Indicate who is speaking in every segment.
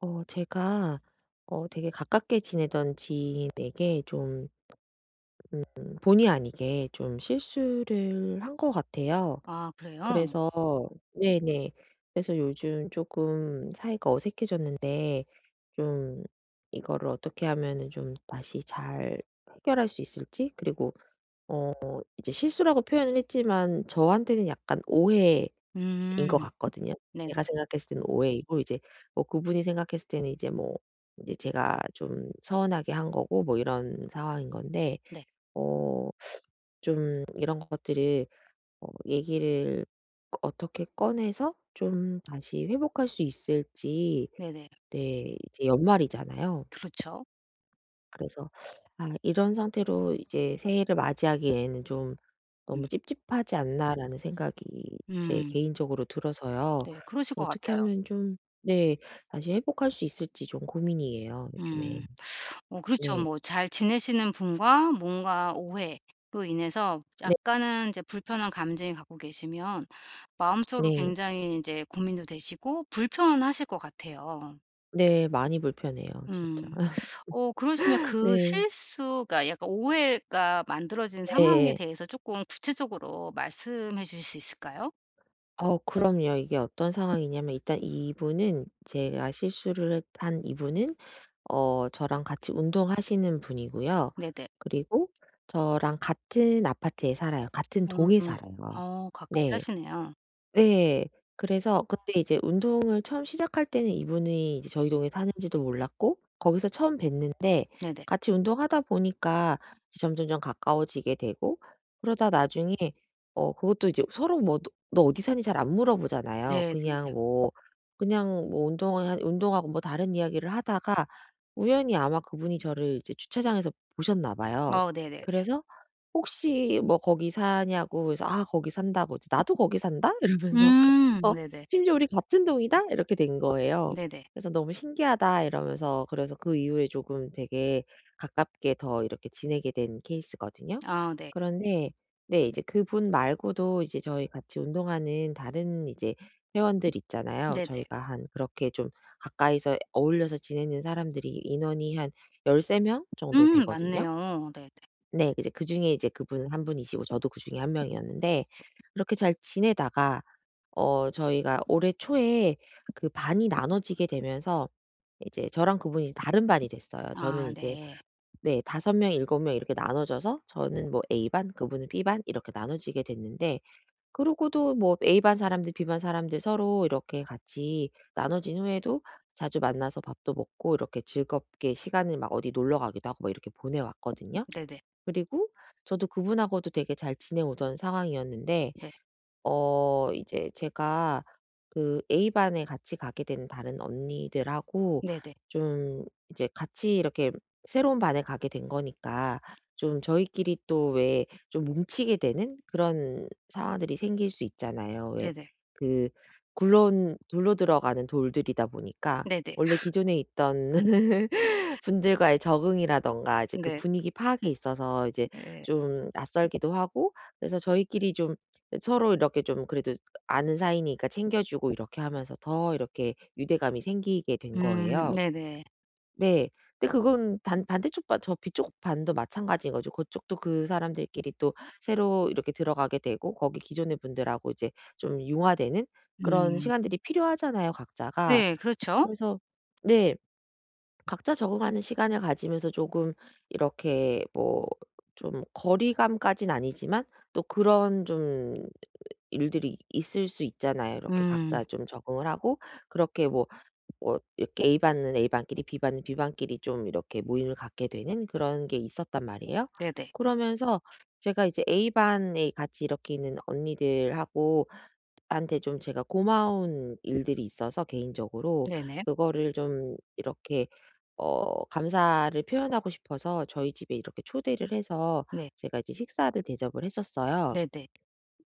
Speaker 1: 제가 되게 가깝게 지내던 지인에게 좀 본의 아니게 좀 실수를 한 것 같아요.
Speaker 2: 아 그래요?
Speaker 1: 그래서 네네. 그래서 요즘 조금 사이가 어색해졌는데 좀 이거를 어떻게 하면은 좀 다시 잘 해결할 수 있을지, 그리고 어 이제 실수라고 표현을 했지만 저한테는 약간 오해 인 것
Speaker 2: 음.
Speaker 1: 같거든요.
Speaker 2: 네네.
Speaker 1: 제가 생각했을 때는 오해이고, 이제 뭐 그분이 생각했을 때는 이제 뭐 이제 제가 좀 서운하게 한 거고 뭐 이런 상황인 건데
Speaker 2: 네.
Speaker 1: 어 좀 이런 것들을 얘기를 어떻게 꺼내서 좀 다시 회복할 수 있을지.
Speaker 2: 네네.
Speaker 1: 네, 이제 연말이잖아요.
Speaker 2: 그렇죠.
Speaker 1: 그래서 아, 이런 상태로 이제 새해를 맞이하기에는 좀 '너무
Speaker 2: 음.
Speaker 1: 찝찝하지 않나.'라는 생각이 제
Speaker 2: 음.
Speaker 1: 개인적으로 들어서요.
Speaker 2: 네. 그러실
Speaker 1: 그래서
Speaker 2: 것
Speaker 1: 어떻게
Speaker 2: 같아요.
Speaker 1: 하면 좀, 네, 다시 회복할 수 있을지 좀 고민이에요 요즘에.
Speaker 2: 음. 어 그렇죠.
Speaker 1: 네.
Speaker 2: 뭐 잘 지내시는 분과 뭔가 오해로 인해서
Speaker 1: 네.
Speaker 2: 약간은 이제 불편한 감정이 갖고 계시면 마음속으로
Speaker 1: 네.
Speaker 2: 굉장히 이제 고민도 되시고 불편하실 것 같아요.
Speaker 1: 네, 많이 불편해요 진짜.
Speaker 2: 음. 어 그러시면 그
Speaker 1: 네.
Speaker 2: 실수가 약간 오해가 만들어진 상황에
Speaker 1: 네.
Speaker 2: 대해서 조금 구체적으로 말씀해 주실 수 있을까요?
Speaker 1: 그럼요. 이게 어떤 상황이냐면, 일단 이분은 제가 실수를 한 이분은 저랑 같이 운동하시는 분이고요.
Speaker 2: 네네.
Speaker 1: 그리고 저랑 같은 아파트에 살아요. 같은
Speaker 2: 음.
Speaker 1: 동에 살아요.
Speaker 2: 어 가까이
Speaker 1: 네.
Speaker 2: 사시네요.
Speaker 1: 네. 그래서 그때 이제 운동을 처음 시작할 때는 이분이 이제 저희 동에 사는지도 몰랐고, 거기서 처음 뵀는데
Speaker 2: 네네.
Speaker 1: 같이 운동하다 보니까 이제 점점점 가까워지게 되고 그러다 나중에 그것도 이제 서로 뭐 "너 너 어디 사니?" 잘 안 물어보잖아요.
Speaker 2: 네네네.
Speaker 1: 그냥 뭐 운동을 한 운동하고 뭐 다른 이야기를 하다가 우연히 아마 그분이 저를 이제 주차장에서 보셨나 봐요.
Speaker 2: 어 네네네.
Speaker 1: 그래서 혹시 뭐 "거기 사냐."고 해서 "아 거기 산다."고 이제 "나도 거기 산다?" 이러면서 어
Speaker 2: 네네.
Speaker 1: 심지어 "우리 같은 동이다?" 이렇게 된 거예요.
Speaker 2: 네네.
Speaker 1: 그래서 "너무 신기하다." 이러면서 그래서 그 이후에 조금 되게 가깝게 더 이렇게 지내게 된 케이스거든요.
Speaker 2: 아 네.
Speaker 1: 그런데 네, 이제 그분 말고도 이제 저희 같이 운동하는 다른 이제 회원들 있잖아요.
Speaker 2: 네네.
Speaker 1: 저희가 한 그렇게 좀 가까이서 어울려서 지내는 사람들이, 인원이 한 13명 정도
Speaker 2: 맞네요.
Speaker 1: 되거든요.
Speaker 2: 네네.
Speaker 1: 네. 이제 그중에 이제 그분은 한 분이시고 저도 그중에 한 명이었는데 그렇게 잘 지내다가 저희가 올해 초에 그 반이 나눠지게 되면서 이제 저랑 그분이 다른 반이 됐어요. 저는
Speaker 2: 아
Speaker 1: 이제
Speaker 2: 네.
Speaker 1: 네 5 명, 7명 이렇게 나눠져서 저는 뭐 A 반 그분은 B 반 이렇게 나눠지게 됐는데 그러고도 뭐 A 반 사람들, B 반 사람들 서로 이렇게 같이 나눠진 후에도 자주 만나서 밥도 먹고 이렇게 즐겁게 시간을 막 어디 놀러 가기도 하고 막 이렇게 보내왔거든요.
Speaker 2: 네네.
Speaker 1: 그리고 저도 그분하고도 되게 잘 지내오던 상황이었는데
Speaker 2: 네.
Speaker 1: 이제 제가 그 A 반에 같이 가게 된 다른 언니들하고
Speaker 2: 네네.
Speaker 1: 좀 이제 같이 이렇게 새로운 반에 가게 된 거니까 좀 저희끼리 또 왜 좀 뭉치게 되는 그런 상황들이 생길 수 있잖아요. 왜
Speaker 2: 네네.
Speaker 1: 그 굴러온 둘로 들어가는 돌들이다 보니까
Speaker 2: 네네.
Speaker 1: 원래 기존에 있던 분들과의 적응이라든가 이제 그
Speaker 2: 네.
Speaker 1: 분위기 파악에 있어서 이제
Speaker 2: 네.
Speaker 1: 좀 낯설기도 하고, 그래서 저희끼리 좀, 네, 서로 이렇게 좀 그래도 아는 사이니까 챙겨주고 이렇게 하면서 더 이렇게 유대감이 생기게 된 거예요.
Speaker 2: 네네.
Speaker 1: 네. 근데 그건 단 반대쪽 반, 저 뒤쪽 반도 마찬가지인 거죠. 그쪽도 그 사람들끼리 또 새로 이렇게 들어가게 되고 거기 기존의 분들하고 이제 좀 융화되는 그런
Speaker 2: 음.
Speaker 1: 시간들이 필요하잖아요, 각자가.
Speaker 2: 네 그렇죠.
Speaker 1: 그래서 네. 각자 적응하는 시간을 가지면서 조금 이렇게 뭐 좀 거리감까진 아니지만 또 그런 좀 일들이 있을 수 있잖아요. 이렇게
Speaker 2: 음
Speaker 1: 각자 좀 적응을 하고 그렇게 뭐 이렇게 A 반은 A 반끼리 B 반은 B 반끼리 좀 이렇게 모임을 갖게 되는 그런 게 있었단 말이에요.
Speaker 2: 네네.
Speaker 1: 그러면서 제가 이제 A 반에 같이 이렇게 있는 언니들하고 한테 좀 제가 고마운 일들이 있어서 개인적으로
Speaker 2: 네네.
Speaker 1: 그거를 좀 이렇게 감사를 표현하고 싶어서 저희 집에 이렇게 초대를 해서
Speaker 2: 네.
Speaker 1: 제가 이제 식사를 대접을 했었어요.
Speaker 2: 네네.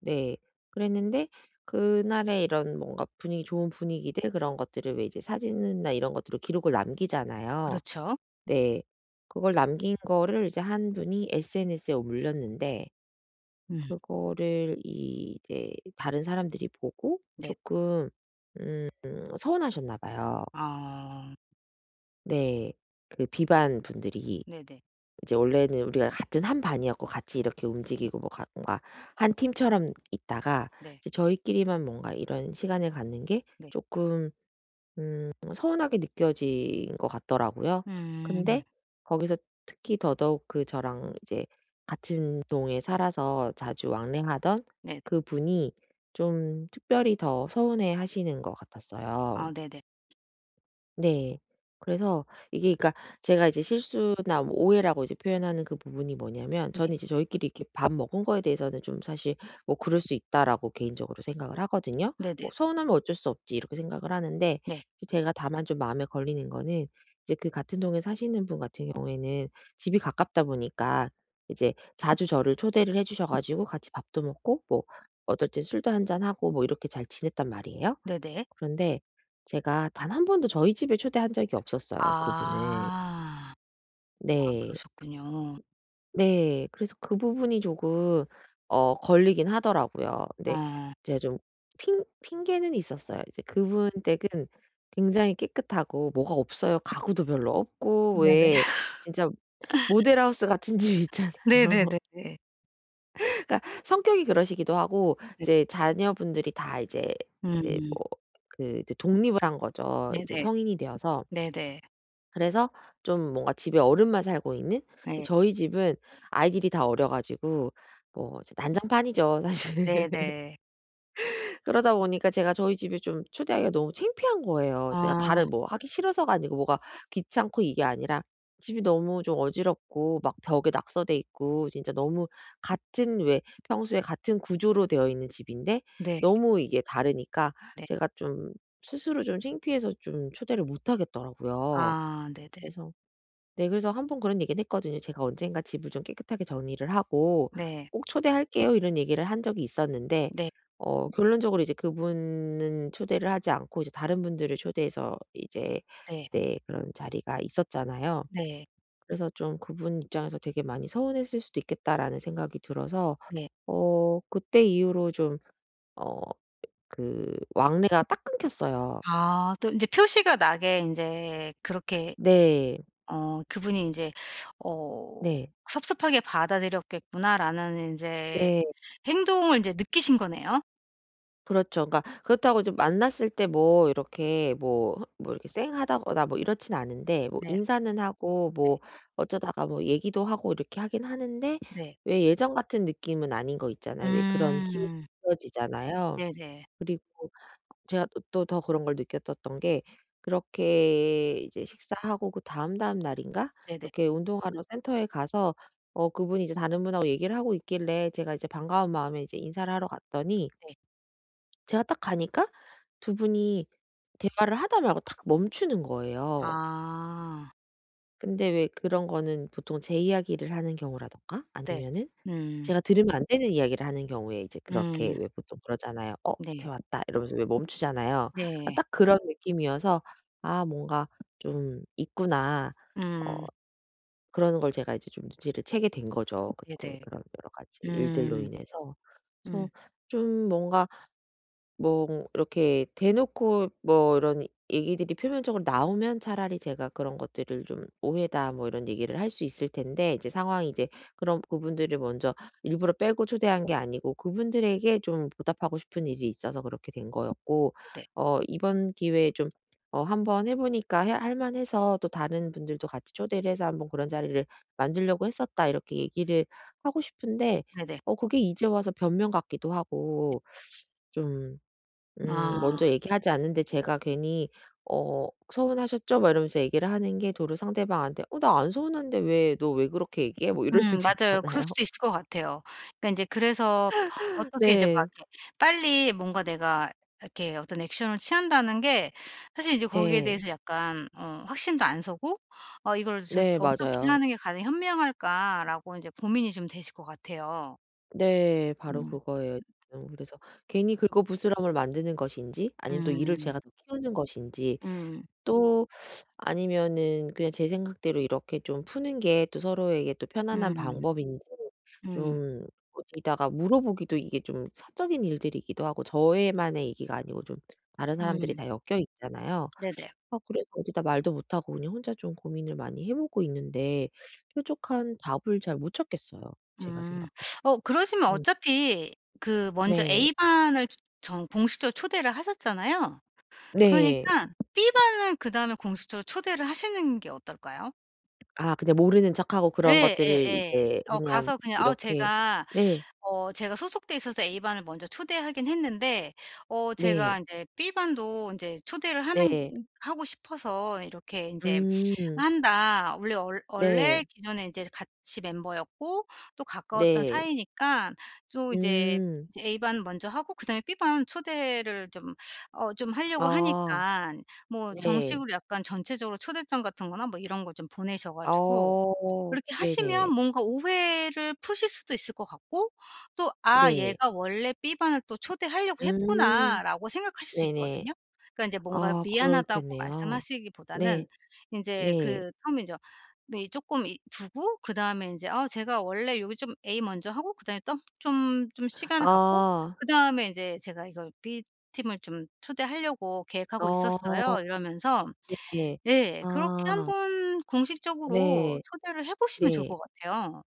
Speaker 1: 네. 그랬는데 그날의 이런 뭔가 분위기, 좋은 분위기들, 그런 것들을 왜 이제 사진이나 이런 것들로 기록을 남기잖아요.
Speaker 2: 그렇죠.
Speaker 1: 네. 그걸 남긴 거를 이제 한 분이 SNS에 올렸는데
Speaker 2: 음
Speaker 1: 그거를 이 이제 다른 사람들이 보고
Speaker 2: 네.
Speaker 1: 쪼끔 서운하셨나 봐요.
Speaker 2: 아
Speaker 1: 네. 그 비반 분들이.
Speaker 2: 네네.
Speaker 1: 이제 원래는 우리가 같은 한 반이었고 같이 이렇게 움직이고 뭐가 뭔가 한 팀처럼 있다가
Speaker 2: 네.
Speaker 1: 이제 저희끼리만 뭔가 이런 시간을 갖는 게
Speaker 2: 네.
Speaker 1: 조금 서운하게 느껴진 것 같더라고요.
Speaker 2: 음
Speaker 1: 근데 거기서 특히 더더욱 그 저랑 이제 같은 동에 살아서 자주 왕래하던
Speaker 2: 네네.
Speaker 1: 그분이 좀 특별히 더 서운해하시는 것 같았어요.
Speaker 2: 아 네네.
Speaker 1: 네. 그래서 이게 그러니까 제가 이제 실수나 뭐 오해라고 이제 표현하는 그 부분이 뭐냐면,
Speaker 2: 네.
Speaker 1: 저는 이제 저희끼리 이렇게 밥 먹은 거에 대해서는 좀 사실 뭐 '그럴 수 있다.'라고 개인적으로 생각을 하거든요. 뭐
Speaker 2: 네네.
Speaker 1: '서운하면 어쩔 수 없지.' 이렇게 생각을 하는데
Speaker 2: 네.
Speaker 1: 이제 제가 다만 좀 마음에 걸리는 거는 이제 그 같은 동에 사시는 분 같은 경우에는 집이 가깝다 보니까 이제 자주 저를 초대를 해 주셔 가지고 같이 밥도 먹고 뭐 어떨 땐 술도 한 잔 하고 뭐 이렇게 잘 지냈단 말이에요.
Speaker 2: 네네.
Speaker 1: 그런데 제가 단 한 번도 저희 집에 초대한 적이 없었어요, 그분을.
Speaker 2: 아. 아
Speaker 1: 네.
Speaker 2: 그러셨군요.
Speaker 1: 네. 그래서 그 부분이 조금 걸리긴 하더라고요. 근데
Speaker 2: 어.
Speaker 1: 제가 좀 핑 핑계는 있었어요. 이제 그분 댁은 굉장히 깨끗하고 뭐가 없어요. 가구도 별로 없고
Speaker 2: 네네.
Speaker 1: 왜 진짜 모델하우스 같은 집 있잖아요.
Speaker 2: 네네네네.
Speaker 1: 그러니까 성격이 그러시기도 하고
Speaker 2: 네.
Speaker 1: 이제 자녀분들이 다 이제 이제
Speaker 2: 음.
Speaker 1: 뭐 그 이제 독립을 한 거죠, 이제
Speaker 2: 네네.
Speaker 1: 성인이 되어서.
Speaker 2: 네네.
Speaker 1: 그래서 좀 뭔가 집에 어른만 살고 있는? 근데
Speaker 2: 네.
Speaker 1: 저희 집은 아이들이 다 어려 가지고 뭐 이제 난장판이죠 사실.
Speaker 2: 네네.
Speaker 1: 그러다 보니까 제가 저희 집에 좀 초대하기가 너무 창피한 거예요. 제가
Speaker 2: 아.
Speaker 1: 다른 뭐 하기 싫어서가 아니고 뭐가 귀찮고 이게 아니라 집이 너무 좀 어지럽고 막 벽에 낙서돼 있고 진짜 너무 같은 왜 평소에 같은 구조로 되어 있는 집인데
Speaker 2: 네.
Speaker 1: 너무 이게 다르니까
Speaker 2: 네.
Speaker 1: 제가 좀 스스로 좀 창피해서 좀 초대를 못 하겠더라고요.
Speaker 2: 아 네네.
Speaker 1: 그래서 네. 그래서 한 번 그런 얘기는 했거든요. "제가 언젠가 집을 좀 깨끗하게 정리를 하고
Speaker 2: 네.
Speaker 1: 꼭 초대할게요." 이런 얘기를 한 적이 있었는데
Speaker 2: 네.
Speaker 1: 네. 결론적으로 이제 그분은 초대를 하지 않고 이제 다른 분들을 초대해서 이제
Speaker 2: 네.
Speaker 1: 네 그런 자리가 있었잖아요.
Speaker 2: 네.
Speaker 1: 그래서 좀 그분 입장에서 되게 많이 서운했을 수도 있겠다라는 생각이 들어서
Speaker 2: 네.
Speaker 1: 그때 이후로 좀 어 그 왕래가 딱 끊겼어요.
Speaker 2: 아 또 인제 표시가 나게 인제 그렇게
Speaker 1: 네.
Speaker 2: 어 그분이 인제 어
Speaker 1: 네.
Speaker 2: '섭섭하게 받아들였겠구나.'라는 인제
Speaker 1: 네.
Speaker 2: 행동을 인제 느끼신 거네요?
Speaker 1: 그렇죠. 그러니까 그렇다고 좀 만났을 때 뭐 이렇게 뭐 이렇게 쌩하다거나 뭐 이렇진 않은데 뭐
Speaker 2: 네.
Speaker 1: 인사는 하고
Speaker 2: 네.
Speaker 1: 뭐 어쩌다가 뭐 얘기도 하고 이렇게 하긴 하는데
Speaker 2: 네.
Speaker 1: 왜 예전 같은 느낌은 아닌 거 있잖아요. 왜 그런 기분이
Speaker 2: 음.
Speaker 1: 지워지잖아요.
Speaker 2: 네네.
Speaker 1: 그리고 제가 또 더 그런 걸 느꼈었던 게 그렇게 이제 식사하고 그 다음다음 날인가
Speaker 2: 네네.
Speaker 1: 이렇게 운동하러 센터에 가서 그분이 이제 다른 분하고 얘기를 하고 있길래 제가 이제 반가운 마음에 이제 인사를 하러 갔더니
Speaker 2: 네.
Speaker 1: 제가 딱 가니까 두 분이 대화를 하다 말고 탁 멈추는 거예요.
Speaker 2: 아.
Speaker 1: 근데 왜 그런 거는 보통 제 이야기를 하는 경우라든가
Speaker 2: 네.
Speaker 1: 아니면은
Speaker 2: 음.
Speaker 1: 제가 들으면 안 되는 이야기를 하는 경우에 이제 그렇게
Speaker 2: 음.
Speaker 1: 왜 보통 그러잖아요. "어 쟤
Speaker 2: 네.
Speaker 1: 왔다." 이러면서 왜 멈추잖아요. 아
Speaker 2: 네.
Speaker 1: 딱 그런 느낌이어서 '아 뭔가 좀 있구나.' 어
Speaker 2: 음.
Speaker 1: 그러는 걸 제가 이제 좀 눈치를 채게 된 거죠. 그때
Speaker 2: 네네.
Speaker 1: 그런 여러 가지 일들로
Speaker 2: 음.
Speaker 1: 인해서.
Speaker 2: 음.
Speaker 1: 그래서 좀 뭔가 뭐 이렇게 대놓고 뭐 이런 얘기들이 표면적으로 나오면 차라리 제가 그런 것들을 좀 "오해다." 뭐 이런 얘기를 할 수 있을 텐데 이제 상황이 이제 그런 그분들을 먼저 일부러 빼고 초대한 게 아니고 그분들에게 좀 보답하고 싶은 일이 있어서 그렇게 된 거였고
Speaker 2: 네네.
Speaker 1: 이번 기회에 좀 한번 해 보니까 해 할 만해서 또 다른 분들도 같이 초대를 해서 "한번 그런 자리를 만들려고 했었다." 이렇게 얘기를 하고 싶은데
Speaker 2: 네네.
Speaker 1: 그게 이제 와서 변명 같기도 하고 좀
Speaker 2: 아.
Speaker 1: 먼저 얘기하지 않는데 제가 괜히 "서운하셨죠?" 막 이러면서 얘기를 하는 게 도로 상대방한테 "어 나 안 서운한데 왜 그렇게 얘기해?" 뭐 이럴 수도
Speaker 2: 맞아요. 그럴
Speaker 1: 있잖아요.
Speaker 2: 수도 있을 것 같아요. 그러니까 인제 그래서 어떻게 이제 막
Speaker 1: 네.
Speaker 2: 이렇게 빨리 뭔가 내가 이렇게 어떤 액션을 취한다는 게 사실 이제 거기에
Speaker 1: 네.
Speaker 2: 대해서 약간 어 확신도 안 서고 '어 이걸 저
Speaker 1: 네,
Speaker 2: 어떻게
Speaker 1: 맞아요.
Speaker 2: 하는 게 가장 현명할까.'라고 인제 고민이 좀 되실 것 같아요.
Speaker 1: 네. 바로
Speaker 2: 음.
Speaker 1: 그거예요 지금. 그래서 괜히 긁어부스럼을 만드는 것인지, 아니면 또 일을
Speaker 2: 음.
Speaker 1: 제가 더 키우는 것인지,
Speaker 2: 음.
Speaker 1: 또 아니면은 그냥 제 생각대로 이렇게 좀 푸는 게 또 서로에게 또 편안한
Speaker 2: 음.
Speaker 1: 방법인지,
Speaker 2: 음.
Speaker 1: 좀 어디다가 물어보기도 이게 좀 사적인 일들이기도 하고 저희만의 얘기가 아니고 좀 다른 사람들이
Speaker 2: 음.
Speaker 1: 다 엮여 있잖아요.
Speaker 2: 네네.
Speaker 1: 아, 그래서 어디다 말도 못하고 그냥 혼자 좀 고민을 많이 해 보고 있는데 뾰족한 답을 잘 못 찾겠어요, 제가
Speaker 2: 음.
Speaker 1: 생각할 때.
Speaker 2: 어 그러시면
Speaker 1: 음.
Speaker 2: 어차피 그 먼저
Speaker 1: 네.
Speaker 2: A반을 초- 정 공식적으로 초대를 하셨잖아요.
Speaker 1: 네.
Speaker 2: 그러니까 B반을 그다음에 공식적으로 초대를 하시는 게 어떨까요?
Speaker 1: 아, 그냥 모르는 척하고 그런
Speaker 2: 예
Speaker 1: 것들을
Speaker 2: 예예.
Speaker 1: 이제
Speaker 2: 어
Speaker 1: 그냥
Speaker 2: 가서 그냥 "아
Speaker 1: 이렇게,
Speaker 2: 제가
Speaker 1: 네.
Speaker 2: 어 제가 소속돼 있어서 A반을 먼저 초대하긴 했는데 어
Speaker 1: 네.
Speaker 2: 제가 이제 B반도 이제 초대를 하는
Speaker 1: 네.
Speaker 2: 하고 싶어서 이렇게 이제
Speaker 1: 음.
Speaker 2: 한다. 원래 얼
Speaker 1: 네.
Speaker 2: 원래 기존에 이제 같이 멤버였고 또 가까웠던
Speaker 1: 네.
Speaker 2: 사이니까 좀 이제
Speaker 1: 음.
Speaker 2: 이제 A반 먼저 하고 그다음에 B반 초대를 좀 어 좀 하려고 하니
Speaker 1: 아.
Speaker 2: 까 뭐
Speaker 1: 네.
Speaker 2: 정식으로 약간 전체적으로 초대장 같은 거나 뭐 이런 걸 좀 보내셔 가지고
Speaker 1: 어.
Speaker 2: 그렇게 하시면
Speaker 1: 네네.
Speaker 2: 뭔가 오해를 푸실 수도 있을 것 같고 또 '아
Speaker 1: 네.
Speaker 2: 얘가 원래 B 반을 또 초대하려고
Speaker 1: 음.
Speaker 2: 했구나.'라고 생각하실 수
Speaker 1: 네네.
Speaker 2: 있거든요. 그러니까 이제 뭔가
Speaker 1: 아,
Speaker 2: 미안하다고
Speaker 1: 그렇겠네요. 네.
Speaker 2: 말씀하시기보다는 이제
Speaker 1: 네.
Speaker 2: 그 텀이죠. 미 조금 이 두고 그다음에 이제 제가 원래 여기 좀 A 먼저 하고 그다음에 또 좀 좀 시간을 갖고
Speaker 1: 아.
Speaker 2: 그다음에 이제 제가 이걸 B팀을 좀 초대하려고 계획하고
Speaker 1: 어.
Speaker 2: 있었어요." 이러면서
Speaker 1: 네.
Speaker 2: 네. 그렇게
Speaker 1: 아.
Speaker 2: 한번 공식적으로
Speaker 1: 네.
Speaker 2: 초대를 해 보시면 좋을
Speaker 1: 네.
Speaker 2: 것 같아요.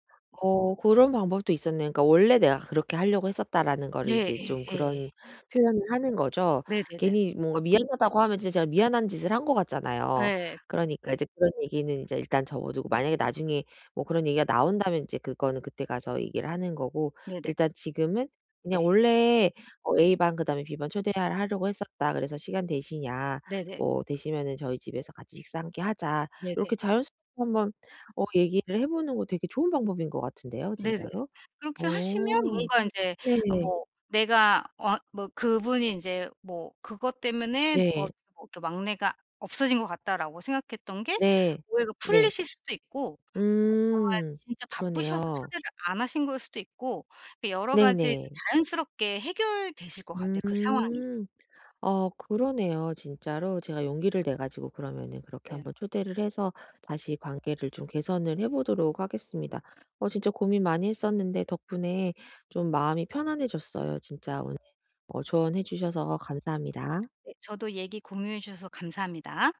Speaker 1: 그런 방법도 있었네요. 그러니까 원래 내가 그렇게 하려고 했었다라는 거를
Speaker 2: 네.
Speaker 1: 이제 좀
Speaker 2: 예예.
Speaker 1: 그런 표현을 하는 거죠.
Speaker 2: 네네네.
Speaker 1: 괜히 뭔가 미안하다고 하면 진짜 제가 미안한 짓을 한 것 같잖아요.
Speaker 2: 예.
Speaker 1: 그러니까 이제 그런 얘기는 이제 일단 접어두고 만약에 나중에 뭐 그런 얘기가 나온다면 이제 그거는 그때 가서 얘기를 하는 거고
Speaker 2: 네네.
Speaker 1: 일단 지금은 그냥
Speaker 2: 네.
Speaker 1: 원래 A 반 그다음에 B 반 초대 하려고 했었다. 그래서 "시간 되시냐?
Speaker 2: 네네. 네네.
Speaker 1: 뭐 되시면은 저희 집에서 같이 식사 함께 하자." 이렇
Speaker 2: 네네.
Speaker 1: 게 자연스럽게 한번 얘기를 해 보는 거 되게 좋은 방법인 것 같은데요
Speaker 2: 네네.
Speaker 1: 진짜로?
Speaker 2: 그렇게 하시면
Speaker 1: 어
Speaker 2: 뭔가 인제 어
Speaker 1: 네.
Speaker 2: 뭐 내가 어 뭐 그분이 인제 뭐 그것 때문에 어
Speaker 1: 네.
Speaker 2: 뭐 이렇게 '막내가 없어진 것 같다.'라고 생각했던 게
Speaker 1: 네.
Speaker 2: 오해가
Speaker 1: 네.
Speaker 2: 풀리실 수도 있고 어 정말
Speaker 1: 음.
Speaker 2: 진짜 바쁘셔서
Speaker 1: 그러네요.
Speaker 2: 초대를 안 하신 거일 수도 있고 그 여러 가지
Speaker 1: 네네.
Speaker 2: 자연스럽게 해결되실 것 같아요, 그 상황이.
Speaker 1: 음. 어, 그러네요 진짜로. 제가 용기를 내 가지고 그러면은 그렇게
Speaker 2: 네.
Speaker 1: 한번 초대를 해서 다시 관계를 좀 개선을 해 보도록 하겠습니다. 진짜 고민 많이 했었는데 덕분에 좀 마음이 편안해졌어요. 진짜 오늘 조언해 주셔서 감사합니다.
Speaker 2: 네 저도 얘기 공유해 주셔서 감사합니다.